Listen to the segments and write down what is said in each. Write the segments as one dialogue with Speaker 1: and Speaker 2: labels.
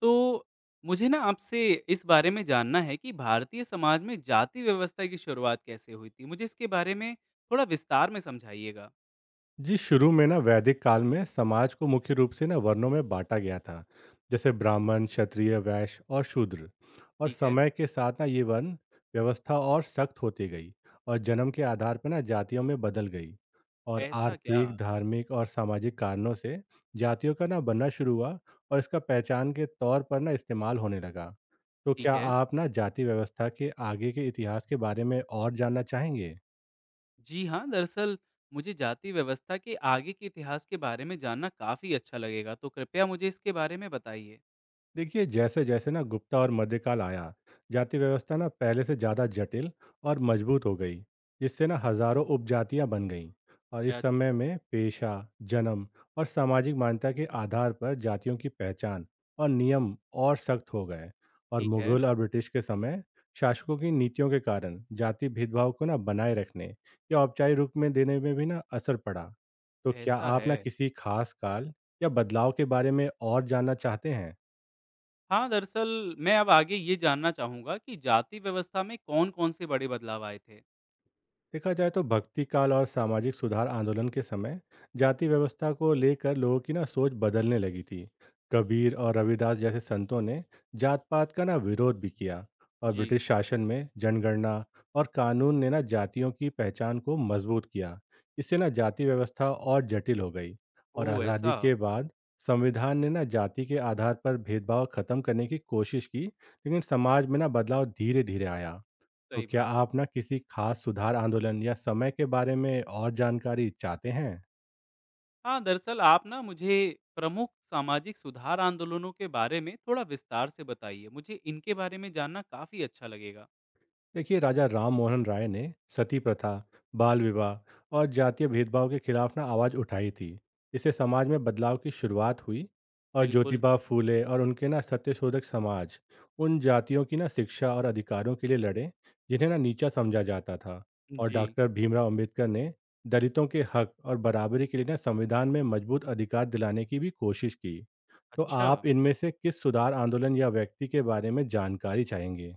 Speaker 1: तो मुझे ना आपसे इस बारे में जानना है कि भारतीय समाज में जाति व्यवस्था की शुरुआत कैसे हुई थी? मुझे इसके बारे में थोड़ा विस्तार में समझाइएगा।
Speaker 2: जी, शुरू में ना वैदिक काल में समाज को मुख्य रूप से ना वर्णों में बांटा गया था, जैसे ब्राह्मण, क्षत्रिय, वैश्य और शूद्र। और
Speaker 1: ठीक है,
Speaker 2: समय के साथ ना ये वर्ण व्यवस्था और सख्त होती गई और जन्म के आधार पर ना जातियों में बदल गई। और
Speaker 1: ऐसा क्या?
Speaker 2: आर्थिक, धार्मिक और सामाजिक कारणों से जातियों का ना बनना शुरू हुआ और इसका पहचान के तौर पर ना इस्तेमाल होने लगा। तो
Speaker 1: ठीक
Speaker 2: क्या
Speaker 1: है।
Speaker 2: आप ना जाति व्यवस्था के आगे के इतिहास के बारे में और जानना चाहेंगे?
Speaker 1: जी हाँ, दरअसल मुझे जाति व्यवस्था के आगे के इतिहास के बारे में जानना काफ़ी अच्छा लगेगा, तो कृपया मुझे इसके बारे में बताइए।
Speaker 2: देखिए जैसे जैसे ना गुप्ता और मध्यकाल आया जाति व्यवस्था ना पहले से ज़्यादा जटिल और मजबूत हो गई, जिससे ना हजारों उपजातियां बन गईं। और इस
Speaker 1: अ,
Speaker 2: समय में पेशा, जन्म और सामाजिक मान्यता के आधार पर जातियों की पहचान और नियम और सख्त हो गए। और
Speaker 1: ठीक है,
Speaker 2: मुगल और ब्रिटिश के समय शासकों की नीतियों के कारण जाति भेदभाव को ना बनाए रखने या औपचारिक रूप में देने में भी ना असर पड़ा। तो क्या
Speaker 1: ऐसा
Speaker 2: आप ना
Speaker 1: है।
Speaker 2: किसी खास काल या बदलाव के बारे में और जानना चाहते हैं?
Speaker 1: हाँ, दरअसल मैं अब आगे ये जानना चाहूँगा कि जाति व्यवस्था में कौन-कौन से बड़े बदलाव आए थे?
Speaker 2: देखा जाए तो भक्ति काल और सामाजिक सुधार आंदोलन के समय जाति व्यवस्था को लेकर लोगों की ना सोच बदलने लगी थी। कबीर और रविदास जैसे संतों ने जात पात का ना विरोध भी किया। और
Speaker 1: जी।
Speaker 2: ब्रिटिश शासन में जनगणना और कानून ने ना जातियों की पहचान को मजबूत किया। इससे ना जाति व्यवस्था और जटिल हो गई। और
Speaker 1: ओह!
Speaker 2: आज़ादी
Speaker 1: ऐसा?
Speaker 2: के बाद संविधान ने ना जाति के आधार पर भेदभाव खत्म करने की कोशिश की, लेकिन समाज में ना बदलाव धीरे धीरे आया। तो
Speaker 1: सही
Speaker 2: क्या
Speaker 1: बात है।
Speaker 2: आप ना किसी खास सुधार आंदोलन या समय के बारे में और जानकारी चाहते हैं?
Speaker 1: हाँ, दरअसल आप ना मुझे प्रमुख सामाजिक सुधार आंदोलनों के बारे में थोड़ा विस्तार से बताइए। मुझे इनके बारे में जानना काफ़ी अच्छा लगेगा।
Speaker 2: देखिए राजा राम मोहन राय ने सती प्रथा, बाल विवाह और जातीय भेदभाव के खिलाफ ना आवाज उठाई थी। इससे समाज में बदलाव की शुरुआत हुई। और
Speaker 1: बिल्कुल।
Speaker 2: ज्योतिबा फूले और उनके ना सत्यशोधक समाज उन जातियों की ना शिक्षा और अधिकारों के लिए लड़े जिन्हें ना नीचा समझा जाता था। और
Speaker 1: जी,
Speaker 2: डॉक्टर भीमराव अंबेडकर ने दलितों के हक और बराबरी के लिए ना संविधान में मजबूत अधिकार दिलाने की भी कोशिश की। तो
Speaker 1: अच्छा।
Speaker 2: आप इनमें से किस सुधार आंदोलन या व्यक्ति के बारे में जानकारी चाहेंगे?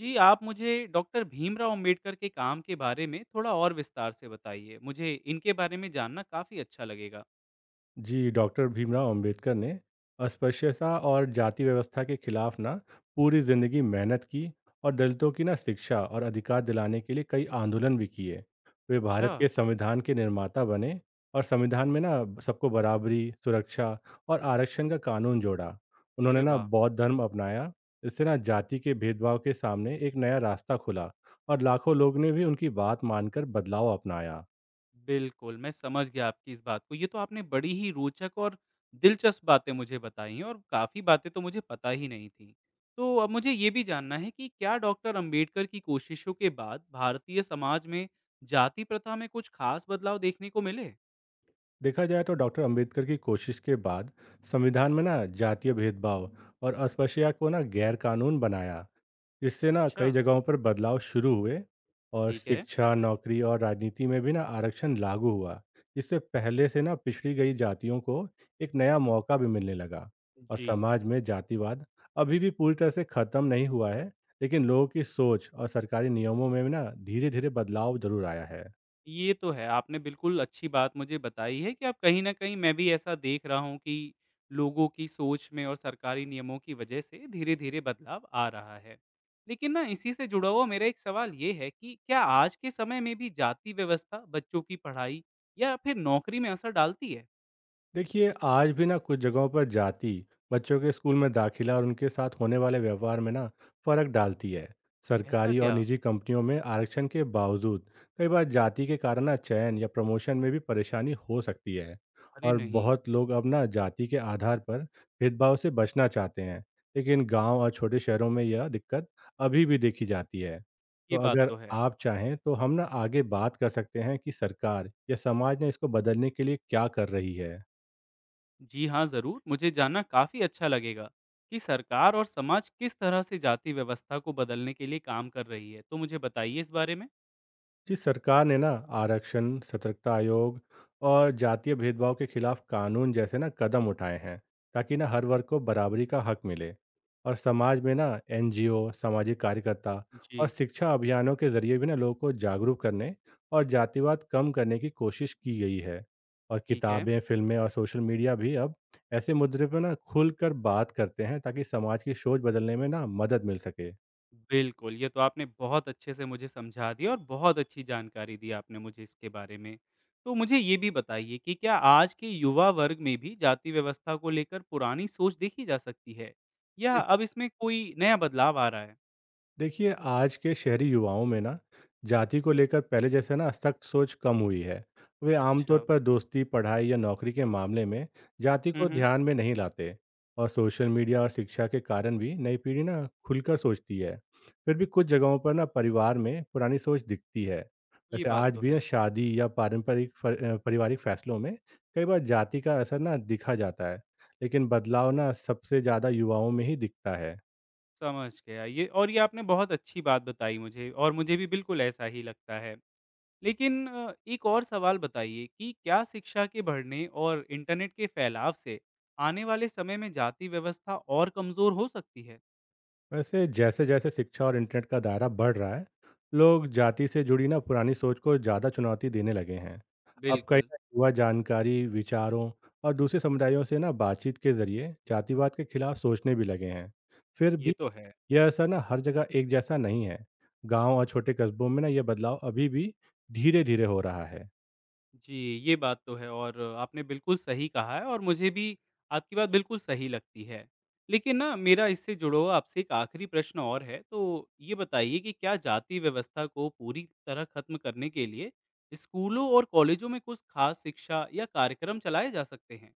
Speaker 1: जी, आप मुझे डॉक्टर भीमराव अम्बेडकर के काम के बारे में थोड़ा और विस्तार से बताइए। मुझे इनके बारे में जानना काफ़ी अच्छा लगेगा।
Speaker 2: जी, डॉक्टर भीमराव अंबेडकर ने अस्पृश्यता और जाति व्यवस्था के खिलाफ ना पूरी जिंदगी मेहनत की और दलितों की ना शिक्षा और अधिकार दिलाने के लिए कई आंदोलन भी किए। वे
Speaker 1: अच्छा,
Speaker 2: भारत के संविधान के निर्माता बने और संविधान में ना सबको बराबरी, सुरक्षा और आरक्षण का कानून जोड़ा। उन्होंने
Speaker 1: अरे
Speaker 2: ना
Speaker 1: वाह!
Speaker 2: बौद्ध धर्म अपनाया। इससे ना जाति के भेदभाव के सामने एक नया रास्ता खुला और लाखों लोग ने भी उनकी बात मानकर बदलाव अपनाया।
Speaker 1: बिल्कुल, मैं समझ गया आपकी इस बात को। ये तो आपने बड़ी ही रोचक और दिलचस्प बातें मुझे बताई हैं और काफ़ी बातें तो मुझे पता ही नहीं थी। तो अब मुझे ये भी जानना है कि क्या डॉक्टर अम्बेडकर की कोशिशों के बाद भारतीय समाज में जाति प्रथा में कुछ खास बदलाव देखने को मिले?
Speaker 2: देखा जाए तो डॉक्टर अंबेडकर की कोशिश के बाद संविधान में ना जातीय भेदभाव और अस्पृश्यता को ना गैर कानून बनाया। इससे ना
Speaker 1: अच्छा,
Speaker 2: कई जगहों पर बदलाव शुरू हुए और
Speaker 1: ठीक है।
Speaker 2: शिक्षा, नौकरी और राजनीति में भी ना आरक्षण लागू हुआ। इससे पहले से ना पिछड़ी गई जातियों को एक नया मौका भी मिलने लगा। और
Speaker 1: जी।
Speaker 2: समाज में जातिवाद अभी भी पूरी तरह से खत्म नहीं हुआ है, लेकिन लोगों की सोच और सरकारी नियमों में भी ना धीरे धीरे बदलाव जरूर आया है।
Speaker 1: ये तो है, आपने बिल्कुल अच्छी बात मुझे बताई है कि आप कहीं न कहीं मैं भी ऐसा देख रहा हूँ कि लोगों की सोच में और सरकारी नियमों की वजह से धीरे-धीरे बदलाव आ रहा है। लेकिन ना इसी से जुड़ा हुआ मेरा एक सवाल ये है कि क्या आज के समय में भी जाति व्यवस्था बच्चों की पढ़ाई या फिर नौकरी में असर डालती है?
Speaker 2: देखिए आज भी ना कुछ जगहों पर जाति बच्चों के स्कूल में दाखिला और उनके साथ होने वाले व्यवहार में ना फर्क डालती है।
Speaker 1: ऐसा
Speaker 2: सरकारी और
Speaker 1: क्या?
Speaker 2: निजी कंपनियों में आरक्षण के बावजूद कई बार जाति के कारण ना चयन या प्रमोशन में भी परेशानी हो सकती है।
Speaker 1: अरे
Speaker 2: और
Speaker 1: नहीं,
Speaker 2: बहुत लोग अब ना जाति के आधार पर भेदभाव से बचना चाहते हैं, लेकिन गांव और छोटे शहरों में यह दिक्कत अभी भी देखी जाती है। तो
Speaker 1: ये बात
Speaker 2: अगर
Speaker 1: तो है।
Speaker 2: आप चाहें तो हम ना आगे बात कर सकते हैं कि सरकार या समाज ने इसको बदलने के लिए क्या कर रही है।
Speaker 1: जी हाँ, ज़रूर, मुझे जानना काफ़ी अच्छा लगेगा कि सरकार और समाज किस तरह से जाति व्यवस्था को बदलने के लिए काम कर रही है। तो मुझे बताइए इस बारे में।
Speaker 2: जी सरकार ने ना आरक्षण, सतर्कता आयोग और जातीय भेदभाव के खिलाफ कानून जैसे ना कदम उठाए हैं, ताकि ना हर वर्ग को बराबरी का हक मिले। और समाज में ना एनजीओ, सामाजिक कार्यकर्ता और
Speaker 1: जी,
Speaker 2: शिक्षा अभियानों के जरिए भी ना लोगों को जागरूक करने और जातिवाद कम करने की कोशिश की गई है। और
Speaker 1: ठीक है।
Speaker 2: किताबें, फिल्में और सोशल मीडिया भी अब ऐसे मुद्दे पर ना खुलकर बात करते हैं, ताकि समाज की सोच बदलने में ना मदद मिल सके।
Speaker 1: बिल्कुल, ये तो आपने बहुत अच्छे से मुझे समझा दिया और बहुत अच्छी जानकारी दी आपने मुझे इसके बारे में। तो मुझे ये भी बताइए कि क्या आज के युवा वर्ग में भी जाति व्यवस्था को लेकर पुरानी सोच देखी जा सकती है? या अब इसमें कोई नया बदलाव आ रहा है?
Speaker 2: देखिए आज के शहरी युवाओं में ना जाति को लेकर पहले जैसे ना सख्त सोच कम हुई है। वे आमतौर
Speaker 1: अच्छा।
Speaker 2: पर दोस्ती, पढ़ाई या नौकरी के मामले में जाति
Speaker 1: हुँ,
Speaker 2: को
Speaker 1: हुँ।
Speaker 2: ध्यान में नहीं लाते। और सोशल मीडिया और शिक्षा के कारण भी नई पीढ़ी ना खुलकर सोचती है। फिर भी कुछ जगहों पर ना परिवार में पुरानी सोच दिखती है।
Speaker 1: ये
Speaker 2: वैसे
Speaker 1: बात
Speaker 2: आज
Speaker 1: तो
Speaker 2: भी ना
Speaker 1: है।
Speaker 2: शादी या पारंपरिक पारिवारिक फैसलों में कई बार जाति का असर ना दिखा जाता है, लेकिन बदलाव ना सबसे ज़्यादा युवाओं में ही दिखता है।
Speaker 1: समझ गया ये और ये आपने बहुत अच्छी बात बताई मुझे और मुझे भी बिल्कुल ऐसा ही लगता है। लेकिन एक और सवाल बताइए कि क्या शिक्षा के बढ़ने और इंटरनेट के फैलाव से आने वाले समय में जाति व्यवस्था और कमजोर हो सकती है।
Speaker 2: वैसे जैसे जैसे शिक्षा और इंटरनेट का दायरा बढ़ रहा है, लोग जाति से जुड़ी ना पुरानी सोच को ज़्यादा चुनौती देने लगे हैं। अब कई
Speaker 1: बिल्कुल।
Speaker 2: ना युवा जानकारी, विचारों और दूसरे समुदायों से ना बातचीत के जरिए जातिवाद के खिलाफ सोचने भी लगे हैं। फिर
Speaker 1: ये
Speaker 2: भी
Speaker 1: तो है।
Speaker 2: यह असर ना हर जगह एक जैसा नहीं है। गांव और छोटे कस्बों में ना यह बदलाव अभी भी धीरे धीरे हो रहा है।
Speaker 1: जी। ये बात तो है और आपने बिल्कुल सही कहा है और मुझे भी आपकी बात बिल्कुल सही लगती है। लेकिन ना मेरा इससे जुड़ा हुआ आपसे एक आखिरी प्रश्न और है, तो ये बताइए कि क्या जाति व्यवस्था को पूरी तरह खत्म करने के लिए स्कूलों और कॉलेजों में कुछ खास शिक्षा या कार्यक्रम चलाए जा सकते हैं?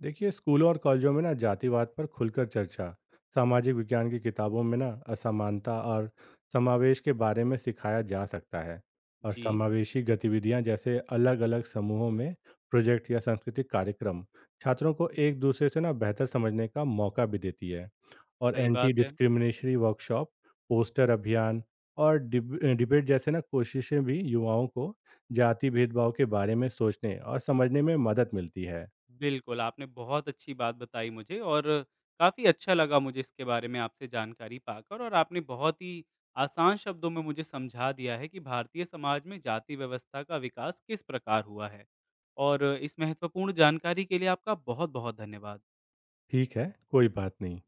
Speaker 2: देखिए स्कूलों और कॉलेजों में ना जातिवाद पर खुलकर चर्चा, सामाजिक विज्ञान की किताबों में ना असमानता और समावेश के बारे में सिखाया जा सकता है। और
Speaker 1: जी।
Speaker 2: समावेशी गतिविधियां जैसे अलग अलग समूहों में प्रोजेक्ट या सांस्कृतिक कार्यक्रम छात्रों को एक दूसरे से ना बेहतर समझने का मौका भी देती है। और
Speaker 1: सही
Speaker 2: एंटी
Speaker 1: बात है।
Speaker 2: डिस्क्रिमिनेशनरी वर्कशॉप, पोस्टर अभियान और डिबेट जैसे ना कोशिशें भी युवाओं को जाति भेदभाव के बारे में सोचने और समझने में मदद मिलती है।
Speaker 1: बिल्कुल, आपने बहुत अच्छी बात बताई मुझे और काफ़ी अच्छा लगा मुझे इसके बारे में आपसे जानकारी पाकर और आपने बहुत ही आसान शब्दों में मुझे समझा दिया है कि भारतीय समाज में जाति व्यवस्था का विकास किस प्रकार हुआ है। और इस महत्वपूर्ण जानकारी के लिए आपका बहुत-बहुत धन्यवाद।
Speaker 2: ठीक है, कोई बात नहीं।